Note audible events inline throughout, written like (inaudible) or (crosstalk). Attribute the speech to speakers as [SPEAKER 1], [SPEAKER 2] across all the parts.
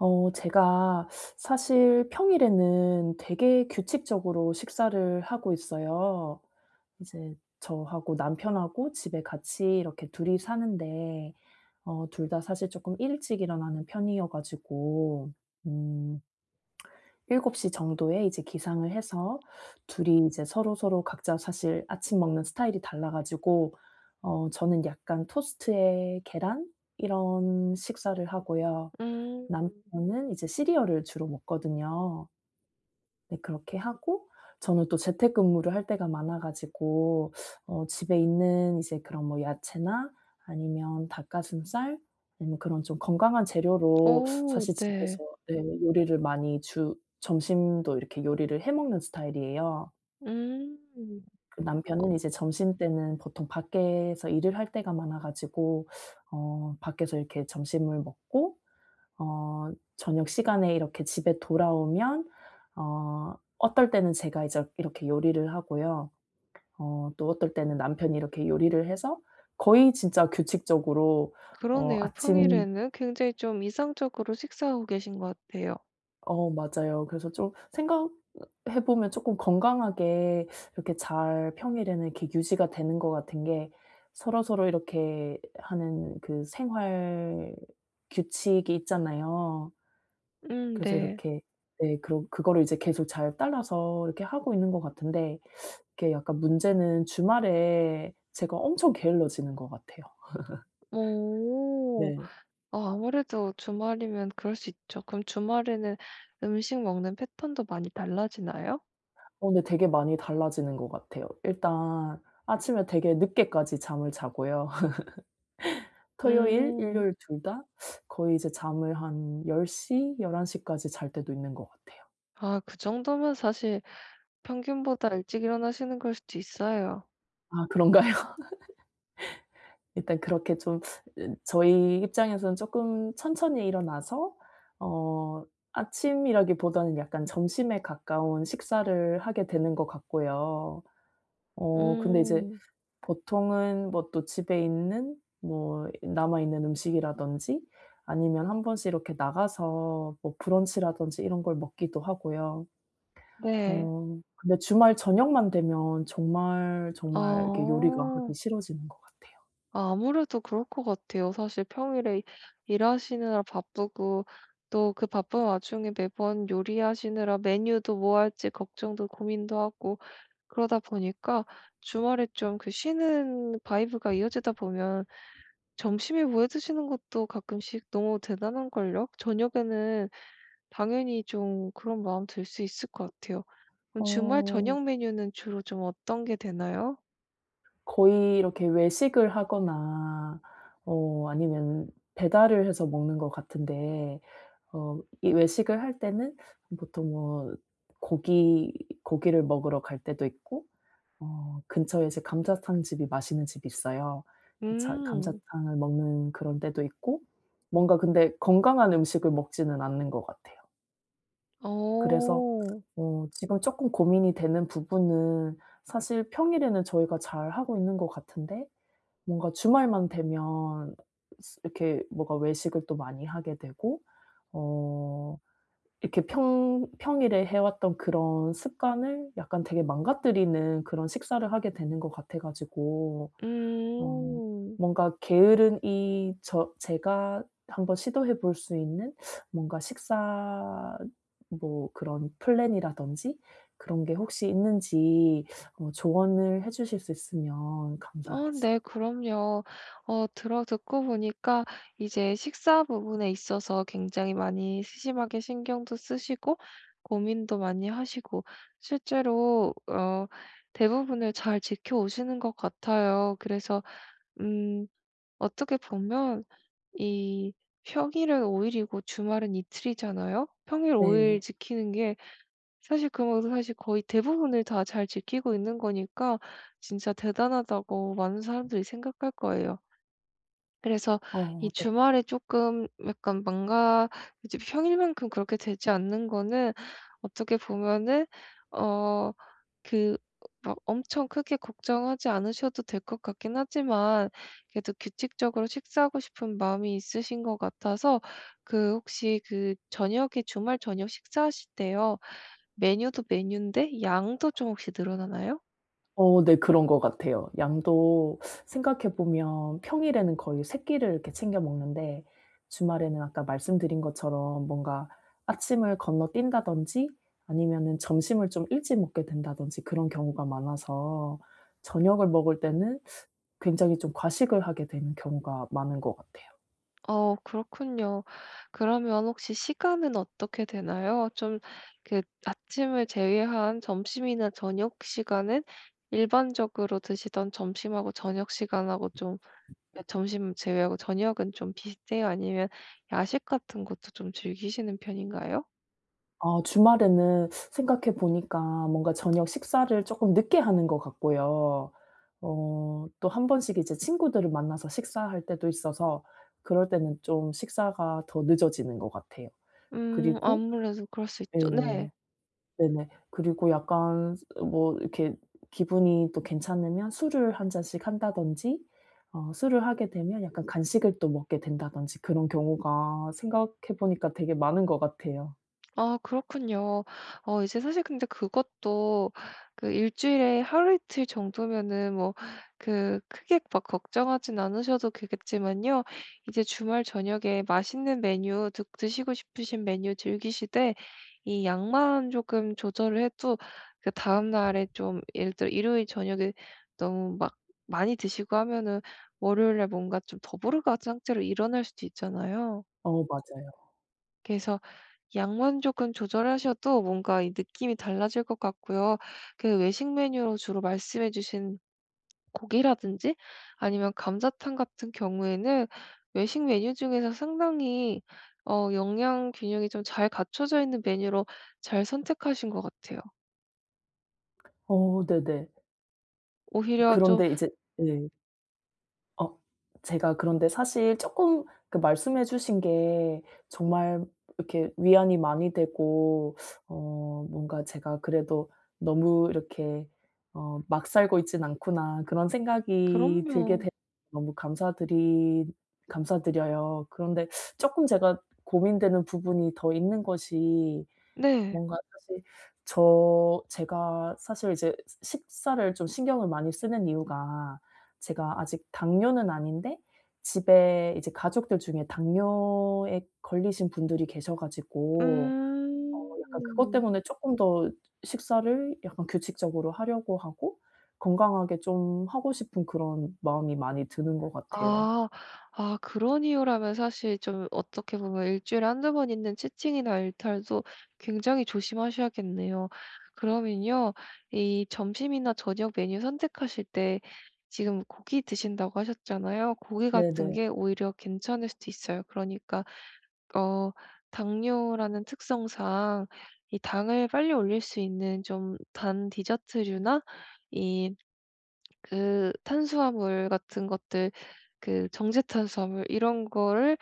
[SPEAKER 1] 제가 사실 평일에는 되게 규칙적으로 식사를 하고 있어요. 이제 저하고 남편하고 집에 같이 이렇게 둘이 사는데 둘 다 사실 조금 일찍 일어나는 편이어 가지고 음7시 정도에 이제 기상을 해서 둘이 이제 서로서로 각자 사실 아침 먹는 스타일이 달라 가지고 저는 약간 토스트에 계란 이런 식사를 하고요.
[SPEAKER 2] 음.
[SPEAKER 1] 남편은 이제 시리얼을 주로 먹거든요. 네, 그렇게 하고 저는 또 재택근무를 할 때가 많아 가지고 집에 있는 이제 그런 뭐 야채나 아니면 닭가슴살 아니면 그런 좀 건강한 재료로
[SPEAKER 2] 오
[SPEAKER 1] 사실
[SPEAKER 2] 네.
[SPEAKER 1] 집에서, 네, 요리를 많이 주 점심도 이렇게 요리를 해 먹는 스타일이에요.
[SPEAKER 2] 음.
[SPEAKER 1] 그 남편은 이제 점심때는 보통 밖에서 일을 할 때가 많아 가지고 밖에서 이렇게 점심을 먹고 어 저녁 시간에 이렇게 집에 돌아오면 어떨 때는 제가 이제 이렇게 요리를 하고요. 또 어떨 때는 남편이 이렇게 요리를 해서 거의 진짜 규칙적으로. 어
[SPEAKER 2] 그러네요.
[SPEAKER 1] 아침
[SPEAKER 2] 평일에는 굉장히 좀 이상적으로 식사하고 계신 것 같아요.
[SPEAKER 1] 어 맞아요. 그래서 좀 생각해 보면 조금 건강하게 이렇게 잘 평일에는 이렇게 유지가 되는 것 같은 게 서로서로 이렇게 하는 그 생활 규칙이 있잖아요. 그래서
[SPEAKER 2] 네.
[SPEAKER 1] 이렇게, 네, 그러 그거를 이제 계속 잘 따라서 이렇게 하고 있는 것 같은데 이게 약간 문제는 주말에 제가 엄청 게을러지는 것 같아요.
[SPEAKER 2] 오
[SPEAKER 1] 네.
[SPEAKER 2] 아 아무래도 주말이면 그럴 수 있죠. 그럼 주말에는 음식 먹는 패턴도 많이 달라지나요?
[SPEAKER 1] 근데 되게 많이 달라지는 것 같아요. 일단 아침에 되게 늦게까지 잠을 자고요. (laughs) 토요일,
[SPEAKER 2] 음.
[SPEAKER 1] 일요일 둘 다 거의 이제 잠을 한 10, 열한 11 까지 잘 때도 있는 것 같아요.
[SPEAKER 2] 아 그 정도면 사실 평균보다 일찍 일어나시는 걸 수도 있어요.
[SPEAKER 1] 아, 그런가요? 일단 그렇게 좀 저희 입장에서는 쪼끔 천천히 일어나서 어 아침이라기보다는 약간 점심에 가까운 식사를 하게 되는 것 같고요. 근데 이제
[SPEAKER 2] 음.
[SPEAKER 1] 보통은 뭐 또 집에 있는 뭐 남아 있는 음식이라든지 아니면 한 번씩 이렇게 나가서 뭐 브런치라든지 이런 걸 먹기도 하고요.
[SPEAKER 2] 네.
[SPEAKER 1] 근데 주말 저녁만 되면 정말, 정말 이렇게 요리가
[SPEAKER 2] 어.
[SPEAKER 1] 하기 싫어지는 것 같아요.
[SPEAKER 2] 아, 아무래도 그럴 것 같아요. 사실 평일에 일하시느라 바쁘고, 또 그 바쁜 와중에 매번 요리하시느라 메뉴도 뭐 할지 걱정도 고민도 하고, 그러다 보니까 주말에 좀 그 쉬는 바이브가 이어지다 보면 점심에 뭐해 드시는 것도 가끔씩 너무 대단한 걸요. 저녁에는 당연히 좀 그런 마음 들 수 있을 것 같아요. 그럼 주말
[SPEAKER 1] 어
[SPEAKER 2] 저녁 메뉴는 주로 좀 어떤 게 되나요?
[SPEAKER 1] 거의 이렇게 외식을 하거나 아니면 배달을 해서 먹는 것 같은데 이 외식을 할 때는 보통 뭐 고기, 고기를 먹으러 갈 때도 있고 근처에 이제 감자탕 집이, 맛있는 집이 있어요. 그 자
[SPEAKER 2] 음.
[SPEAKER 1] 감자탕을 먹는 그런 때도 있고 뭔가 근데 건강한 음식을 먹지는 않는 것 같아요. 그래서
[SPEAKER 2] 어.
[SPEAKER 1] 지금 쪼끔 고민이 되는 부분은 사실 평일에는 저희가 잘하고 있는 것 같은데 뭔가 주말만 되면 스 이렇게 뭔가 외식을 또 많이 하게 되고 어 이렇게 평 평일에 해 왔던 그런 습관을 약간 되게 망가뜨리는 그런 식사를 하게 되는 것 같아 가지고 어
[SPEAKER 2] 음.
[SPEAKER 1] 뭔가 게으른 이 저 제가 한번 시도해 볼 수 있는 뭔가 식사, 뭐 그런 플랜이라든지 그런 게 혹시 있는지 조언을 해 주실 수 있으면
[SPEAKER 2] 어
[SPEAKER 1] 감사하겠습니다.
[SPEAKER 2] 네 그럼요. 들어 듣고 보니까 이제 식사 부분에 있어서 굉장히 많이 세심하게 신경도 쓰시고 고민도 많이 하시고, 실제로 대부분을 잘 지켜오시는 것 같아요. 그래서 음 어떻게 보면 이 평일은 5 일이고 주말은 이틀이잖아요. 평일 5일
[SPEAKER 1] 네.
[SPEAKER 2] 지키는 게 사실 그 뭐 사실 거의 대부분을 다 잘 지키고 있는 거니까 진짜 대단하다고 많은 사람들이 생각할 거예요. 그래서
[SPEAKER 1] 어
[SPEAKER 2] 이
[SPEAKER 1] 네.
[SPEAKER 2] 주말에 조금 약간 망가 이제 평일만큼 그렇게 되지 않는 거는 어떻게 보면은 어 그 막 엄청 크게 걱정하지 않으셔도 될 것 같긴 하지만, 그래도 규칙적으로 식사하고 싶은 마음이 있으신 것 같아서, 그 혹시 그 저녁에 주말 저녁 식사하실 때요. 메뉴도 메뉴인데 양도 좀 혹시 늘어나나요?
[SPEAKER 1] 네, 그런 것 같아요. 양도 생각해 보면 평일에는 거의 새 끼를 이렇게 챙겨 먹는데 주말에는 아까 말씀드린 것처럼 뭔가 아침을 건너뛴다든지 아니면은 점심을 좀 일찍 먹게 된다든지 그런 경우가 많아서 저녁을 먹을 때는 굉장히 좀 과식을 하게 되는 경우가 많은 것 같아요.
[SPEAKER 2] 어 그렇군요. 그러면 혹시 시간은 어떻게 되나요? 좀 그 아침을 제외한 점심이나 저녁 시간은 일반적으로 드시던 점심하고 저녁 시간하고 좀, 네, 점심 제외하고 저녁은 좀 비슷해요? 아니면 야식 같은 것도 좀 즐기시는 편인가요?
[SPEAKER 1] 아, 주말에는 생각해 보니까 뭔가 저녁 식사를 쪼끔 늦게 하는 것 같고요. 또 한 번씩 이제 친구들을 만나서 식사할 때도 있어서 그럴 때는 좀 식사가 더 늦어지는 것 같아요. 그리고,
[SPEAKER 2] 아무래도 그럴 수
[SPEAKER 1] 예.
[SPEAKER 2] 있죠. 네.
[SPEAKER 1] 네네. 그리고 약간 뭐 이렇게 기분이 또 괜찮으면 술을 한 잔씩 한다든지 술을 하게 되면 약간 간식을 또 먹게 된다든지 그런 경우가 생각해 보니까 되게 많은 것 같아요.
[SPEAKER 2] 아 그렇군요. 이제 사실 근데 그것도 그 일 주일에 하루 이틀 정도면은 뭐 그 크게 막 걱정하진 않으셔도 되겠지만요, 이제 주말 저녁에 맛있는 메뉴 드 드시고 싶으신 메뉴 즐기시되 이 양만 조금 조절을 해도 그 다음날에 좀, 예를 들어 일요일 저녁에 너무 막 많이 드시고 하면은 월요일날 뭔가 좀 더부룩한 상태로 일어날 수도 있잖아요.
[SPEAKER 1] 어, 맞아요.
[SPEAKER 2] 그래서 양만 조금 조절하셔도 뭔가 이 느낌이 달라질 것 같고요. 그 외식 메뉴로 주로 말씀해 주신 고기라든지 아니면 감자탕 같은 경우에는 외식 메뉴 중에서 상당히 영양 균형이 좀 잘 갖춰져 있는 메뉴로 잘 선택하신 것 같아요.
[SPEAKER 1] 어 네네.
[SPEAKER 2] 오히려 좀.
[SPEAKER 1] 그런데 이제, 네. 어 제가 그런데 사실 쪼끔 그 말씀해 주신 게 정말 이렇게 위안이 많이 되고 뭔가 제가 그래도 '너무 이렇게 막 살고 있진 않구나.' 그런 생각이 들게
[SPEAKER 2] 그럼요.
[SPEAKER 1] 돼서 너무 감사드리 감사드려요. 그런데 쪼끔 제가 고민되는 부분이 더 있는 것이
[SPEAKER 2] 네.
[SPEAKER 1] 뭔가 사실 제가 사실 이제 식사를 좀 신경을 많이 쓰는 이유가 제가 아직 당뇨는 아닌데 집에 이제 가족들 중에 당뇨에 걸리신 분들이 계셔 가지고 어 약간 그것
[SPEAKER 2] 음.
[SPEAKER 1] 때문에 쪼끔 더 식사를 약간 규칙적으로 하려고 하고 건강하게 좀 하고 싶은 그런 마음이 많이 드는 것 같아요.
[SPEAKER 2] 아. 아 그런 이유라면 사실 좀 어떻게 보면 일 주일에 한두 번 있는 치팅이나 일탈도 굉장히 조심하셔야겠네요. 그러면요, 이 점심이나 저녁 메뉴 선택하실 때 지금 고기 드신다고 하셨잖아요. 고기 같은
[SPEAKER 1] 네네.
[SPEAKER 2] 게 오히려 괜찮을 수도 있어요. 그러니까 어 당뇨라는 특성상 이 당을 빨리 올릴 수 있는 좀 단 디저트류나 이 그 탄수화물 같은 것들, 그 정제탄수화물 이런 거를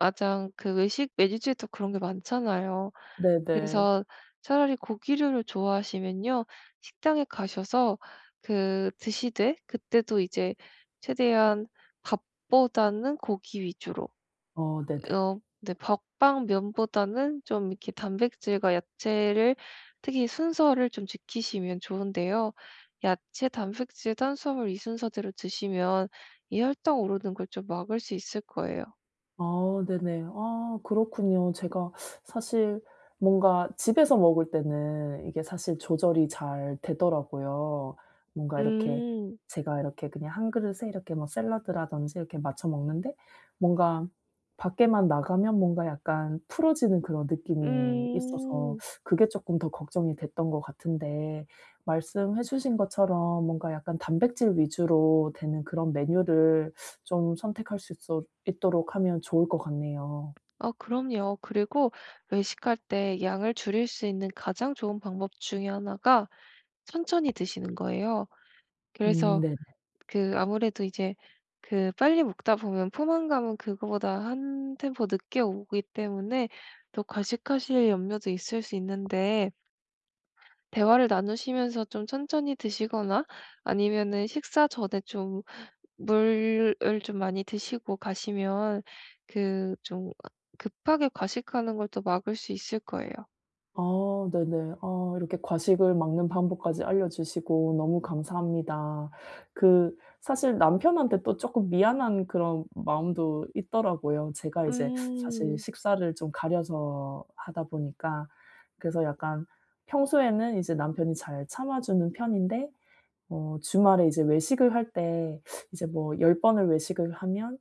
[SPEAKER 2] 가장 그 외식 메뉴주에도 그런 게 많잖아요.
[SPEAKER 1] 네네.
[SPEAKER 2] 그래서 차라리 고기류를 좋아하시면요, 식당에 가셔서 그 드시되 그때도 이제 최대한 밥보다는 고기 위주로,
[SPEAKER 1] 어 네네.
[SPEAKER 2] 어 네 먹방면보다는 좀 이렇게 단백질과 야채를 특히 순서를 좀 지키시면 좋은데요. 야채, 단백질, 탄수화물 이 순서대로 드시면 이 혈당 오르는 걸 좀 막을 수 있을 거예요.
[SPEAKER 1] 아 네네. 아, 그렇군요. 제가 사실 뭔가 집에서 먹을 때는 이게 사실 조절이 잘 되더라고요. 뭔가 이렇게
[SPEAKER 2] 음.
[SPEAKER 1] 제가 이렇게 그냥 한 그릇에 이렇게 뭐 샐러드라든지 이렇게 맞춰 먹는데 뭔가 밖에만 나가면 뭔가 약간 풀어지는 그런 느낌이 있어서
[SPEAKER 2] 음.
[SPEAKER 1] 그게 쪼끔 더 걱정이 됐던 것 같은데 말씀해 주신 것처럼 뭔가 약간 단백질 위주로 되는 그런 메뉴를 좀 선택할 수 있어 있도록 하면 좋을 것 같네요.
[SPEAKER 2] 아 그럼요. 그리고 외식할 때 양을 줄일 수 있는 가장 좋은 방법 중에 하나가 천천히 드시는 거예요. 그래서
[SPEAKER 1] 네네.
[SPEAKER 2] 그 아무래도 이제 그 빨리 먹다 보면 포만감은 그거보다 한 템포 늦게 오기 때문에 더 과식하실 염려도 있을 수 있는데, 대화를 나누시면서 좀 천천히 드시거나 아니면은 식사 전에 좀 물을 좀 많이 드시고 가시면 그 좀 급하게 과식하는 걸 또 막을 수 있을 거예요.
[SPEAKER 1] 아 네네. 아, 이렇게 과식을 막는 방법까지 알려주시고 너무 감사합니다. 그 사실 남편한테 또 쪼끔 미안한 그런 마음도 있더라고요. 제가 이제 사실
[SPEAKER 2] 음.
[SPEAKER 1] 식사를 좀 가려서 하다 보니까 그래서 약간 평소에는 이제 남편이 잘 참아주는 편인데 주말에 이제 외식을 할 때 이제 뭐 10 번을 외식을 하면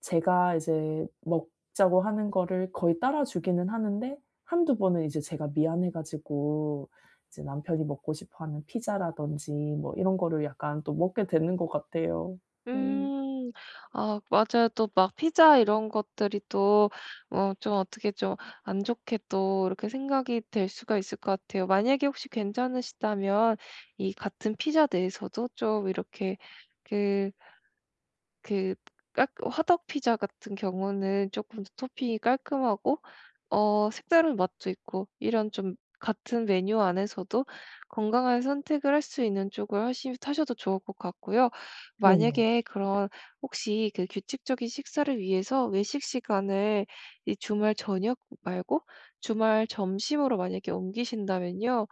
[SPEAKER 1] 제가 이제 먹자고 하는 거를 거의 따라 주기는 하는데 한두 번은 이제 제가 미안해 가지고 이제 남편이 먹고 싶어 하는 피자라든지 뭐 이런 거를 약간 또 먹게 되는 것 같아요. 음.
[SPEAKER 2] 음. 아 맞아요. 또 막 피자 이런 것들이 또 좀 어떻게 좀 안 좋게 또 이렇게 생각이 될 수가 있을 것 같아요. 만약에 혹시 괜찮으시다면 이 같은 피자 내에서도 좀 이렇게 그 그 깔 화덕 피자 같은 경우는 조금 더 토핑이 깔끔하고 색다른 맛도 있고 이런 좀 같은 메뉴 안에서도 건강한 선택을 할 수 있는 쪽을 하시 하셔도 좋을 것 같고요.
[SPEAKER 1] 네네.
[SPEAKER 2] 만약에 그런 혹시 그 규칙적인 식사를 위해서 외식 시간을 이 주말 저녁 말고 주말 점심으로 만약에 옮기신다면요,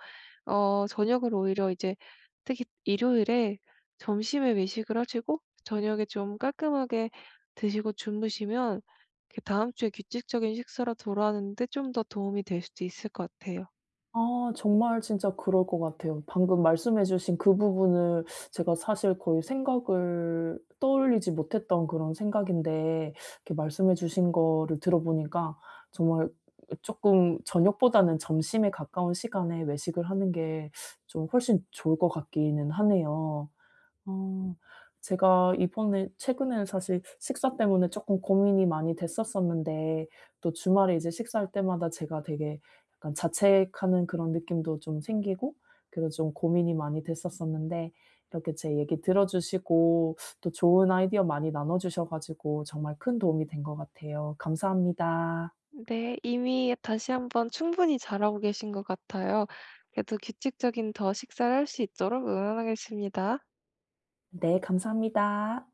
[SPEAKER 2] 저녁을 오히려 이제 특히 일요일에 점심에 외식을 하시고 저녁에 좀 깔끔하게 드시고 주무시면 그 다음 주에 규칙적인 식사로 돌아오는 데 좀 더 도움이 될 수도 있을 것 같아요.
[SPEAKER 1] 아, 정말 진짜 그럴 것 같아요. 방금 말씀해 주신 그 부분을 제가 사실 거의 생각을 떠올리지 못했던 그런 생각인데 이렇게 말씀해 주신 거를 들어보니까 정말 쪼끔 저녁보다는 점심에 가까운 시간에 외식을 하는 게 좀 훨씬 좋을 것 같기는 하네요. 어. 제가 이번에 최근에는 사실 식사 때문에 쪼끔 고민이 많이 됐었었는데 또 주말에 이제 식사할 때마다 제가 되게 약간 자책하는 그런 느낌도 좀 생기고 그래서 좀 고민이 많이 됐었었는데 이렇게 제 얘기 들어 주시고 또 좋은 아이디어 많이 나눠 주셔 가지고 정말 큰 도움이 된 것 같아요. 감사합니다.
[SPEAKER 2] 네. 이미 다시 한번 충분히 잘하고 계신 것 같아요. 그래도 규칙적인 더 식사를 할 수 있도록 응원하겠습니다.
[SPEAKER 1] 네, 감사합니다.